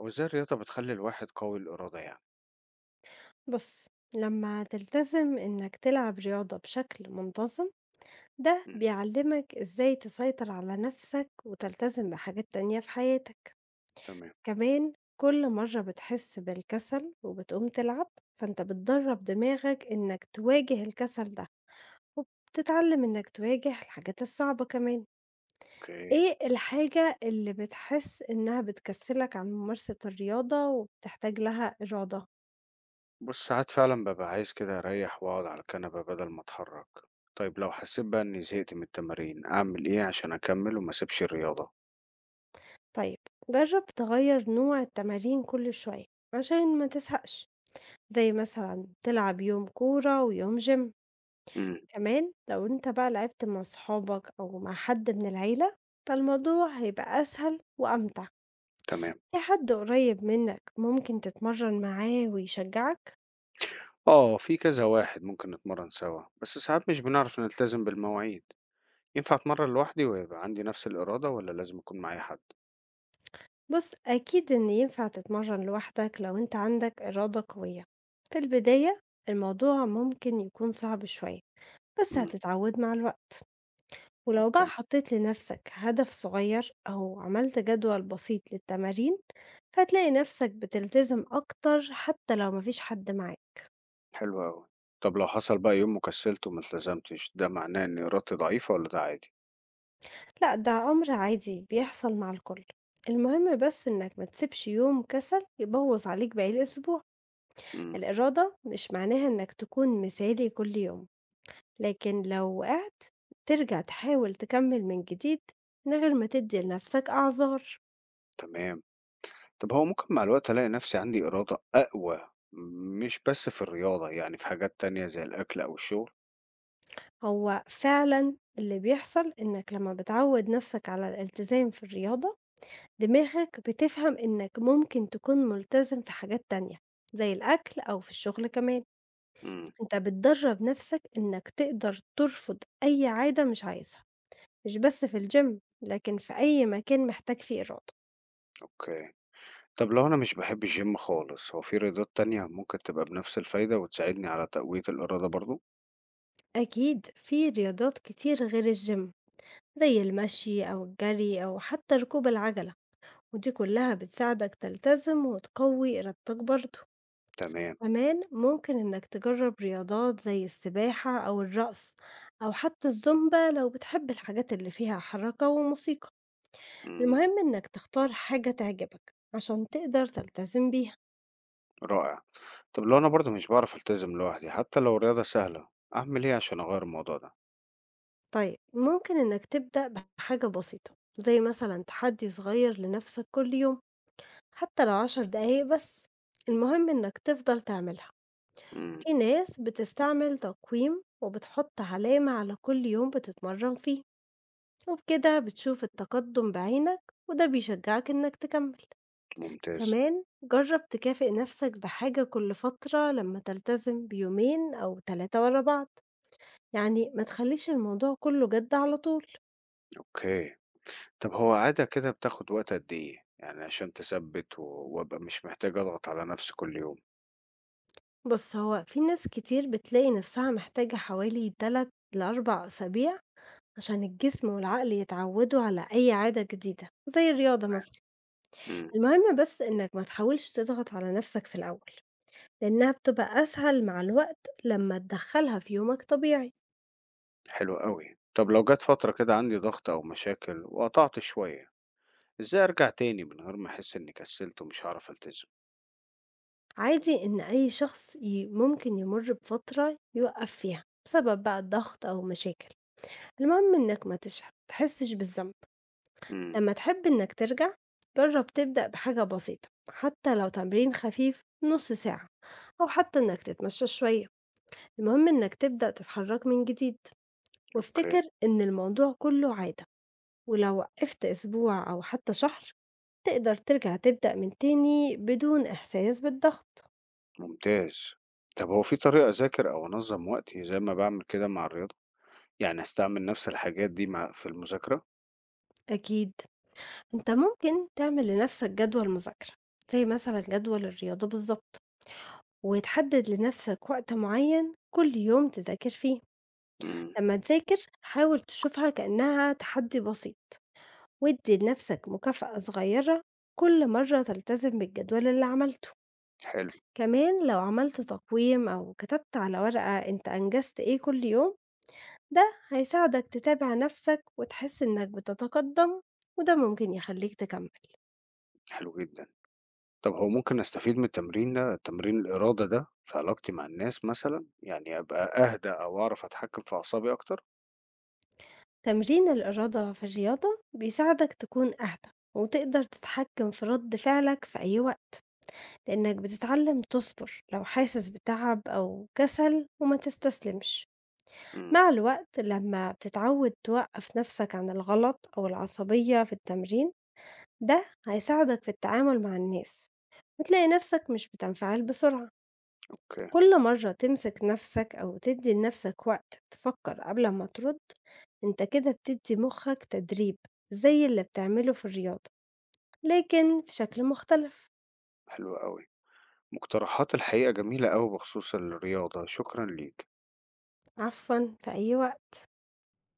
هو إزاي الرياضة بتخلّي الواحد قوي الإرادة يعني؟ بص، لما تلتزم إنك تلعب رياضة بشكل منتظم، ده إمم، بيعلمك إزاي تسيطر على نفسك وتلتزم بحاجات تانية في حياتك. تمام، كمان كل مرة بتحس بالكسل وبتقوم تلعب، فأنت بتدرب دماغك إنك تواجه الكسل ده، وبتتعلم إنك تواجه الحاجات الصعبة كمان. أوكي. إيه الحاجة اللي بتحس إنها بتكسلك عن ممارسة الرياضة وبتحتاج لها إرادة؟ بُص، ساعات فعلًا بابقى عايز كده أريّح وأقعد على الكنبة بدل ما أتحرّك. طيب لو حسّيت بقى إنّي زهقت من التمارين، أعمل إيه عشان أكمّل وما أسيبش الرياضة؟ طيب، جرب تغير نوع التمارين كل شوية عشان ما تزهقش، زي مثلا تلعب يوم كورة ويوم جيم. إمم، كمان لو انت بقى لعبت مع صحابك أو مع حد من العيلة، فالموضوع هيبقى أسهل وأمتع. تمام. في حد قريب منك ممكن تتمرن معاه ويشجعك. آه، في كذا واحد ممكن نتمرّن سوا، بس ساعات مش بنعرف نلتزم بالمواعيد. ينفع أتمرّن لوحدي ويبقى عندي نفس الإرادة والّا لازم يكون معايا حد؟ بص، أكيد إن ينفع تتمرن لوحدك لو انت عندك إرادة قوية. في البداية الموضوع ممكن يكون صعب شوية، بس إمم، هتتعود مع الوقت. ولو بقى أوكي، حطيت لنفسك هدف صغير أو عملت جدول بسيط للتمارين، هتلاقي نفسك بتلتزم أكتر حتى لو مفيش حد معاك. حلو أوي. طب لو حصل بقى يوم وكسّلت وما التزمتش، ده معناه إن إرادتي ضعيفة والّا ده عادي؟ لا، ده أمر عادي بيحصل مع الكل. المهم بس إنك ما تسيبش يوم كسل يبوظ عليك باقي الأسبوع. إمم، الإرادة مش معناها إنك تكون مثالي كل يوم، لكن لو وقعت ترجع تحاول تكمل من جديد من غير ما تدي لنفسك أعذار. تمام. طب هو ممكن مع الوقت ألاقي نفسي عندي إرادة أقوى، مش بس في الرياضة يعني في حاجات تانية زي الأكل أو الشغل؟ هو فعلًا اللي بيحصل إنك لمّا بتعوّد نَفْسك على الالتزام في الرياضة، دماغك بتفهم إنك ممكن تكون ملتزم في حاجات تانية، زي الأكل أو في الشغل كمان. إمم، أنت بتدرّب نَفْسك إنك تقدر ترفض أي عادة مش عايزها، مش بس في الgym، لكن في أي مكان محتاج فيه إرادة. أوكي. طب لو أنا مش باحب الgym خالص، هو في رياضات تانية ممكن تبقى بنفس الفايدة وتساعدني على تقوية الإرادة برضه؟ أكيد في رياضات كتير غير الgym، زي المشي أو الجري أو حتى ركوب العجلة، ودي كلها بتساعدك تلتزم وتقوي إرادتك برضه. تمام، كمان ممكن إنك تجرب رياضات زي السباحة أو الرقص أو حتى الزومبا لو بتحب الحاجات اللي فيها حركة وموسيقى. إمم، المهم إنك تختار حاجة تعجبك عشان تقدر تلتزم بيها. رائع. طب لو أنا برضه مش باعرف ألتزم لوحدي حتى لو الرياضة سهلة، أعمل إيه عشان أغير الموضوع ده؟ طيب، ممكن إنك تبدأ بحاجة بسيطة زي مثلا تحدي صغير لنفسك كل يوم، حتى لو 10 دقايق بس. المهم إنك تفضل تعملها. إمم، في ناس بتستعمل تقويم وبتحط علامة على كل يوم بتتمرن فيه، وبكده بتشوف التقدم بعينك، وده بيشجعك إنك تكمل. ممتاز، كمان جرب تكافئ نفسك بحاجة كل فترة لما تلتزم بيومين أو تلاتة ورا بعض، يعني ما تخليش الموضوع كله جد على طول. أوكي. طب هو عادة كده بتاخد وقت قد إيه؟ يعني عشان تثبِّت و وأبقى مش محتاج أضغط على نفسي كل يوم؟ بص، هو في ناس كتير بتلاقي نفسها محتاجة حوالي 3 لأربع أسابيع عشان الجسم والعقل يتعودوا على أي عادة جديدة زي الرياضة تمام، مثلا. إمم. المهم بس إنك ما تحاولش تضغط على نفسك في الأول، لأنها بتبقى أسهل مع الوقت لما تدخّلها في يومك طبيعي. حلو أوي. طب لو جت فترة كده عندي ضغط أو مشاكل وقطعت شوية، إزاي أرجع تاني من غير ما أحس إني كسلت ومش هعرف ألتزم؟ عادي إن أي شخص ممكن يمُر بفترة يوقّف فيها بسبب بقى الضغط أو مشاكل. المهم إنك ما تش تحسّش بالذنب. امم، لما تحب إنك ترجع، جرّب تبدأ بحاجة بسيطة، حتى لو تمرين خفيف نُص ساعة أو حتى إنك تتمشى شوية. المهم إنك تبدأ تتحرّك من جديد، وافتكر أوكي، إن الموضوع كُلّه عادة. ولو وقّفت أسبوع أو حتى شهر، تقدر ترجع تبدأ من تاني بدون إحساس بالضغط. ممتاز. طب هو في طريقة أذاكر أو أنظم وقتي زي ما بعمل كده مع الرياضة، يعني أستعمل نفس الحاجات دي مع في المذاكرة؟ أكيد، أنت ممكن تعمل لنفسك جدول مذاكرة، زي مثلا جدول الرياضة بالظبط، وتحدد لنفسك وقت معين كل يوم تذاكر فيه. امم، لما تذاكر، حاول تشوفها كأنها تحدي بسيط، وادي لنفسك مكافأة صغيرة كل مرة تلتزم بالجدول اللي عملته. حلو، كمان لو عملت تقويم أو كتبت على ورقة أنت أنجزت إيه كل يوم، ده هيساعدك تتابع نفسك وتحس إنك بتتقدم، وده ممكن يخليك تكمل. حلو جدا. طب هو ممكن أستفيد من التمرين ده، تمرين الإرادة ده، في علاقتي مع الناس مثلا، يعني أبقى أهدى أو أعرف أتحكم في أعصابي أكتر؟ تمرين الإرادة في الرياضة بيساعدك تكون أهدى وتقدر تتحكم في رد فعلك في أي وقت، لأنك بتتعلم تصبر لو حاسس بتعب أو كسل وما تستسلمش. امم، مع الوقت لما بتتعود توقف نفسك عن الغلط أو العصبية في التمرين، ده هيساعدك في التعامل مع الناس، وتلاقي نفسك مش بتنفعل بسرعة. أوكي، كل مرة تمسك نفسك أو تدّي لنفسك وقت تفكّر قبل ما ترُد، أنت كده بتدّي مُخّك تدريب زي اللي بتعمله في الرياضة، لكن في شكل مختلف. حلو أوي. مقترحات الحقيقة جميلة أوي بخصوص الرياضة، شكرًا ليك. عفوًا، في أي وقت.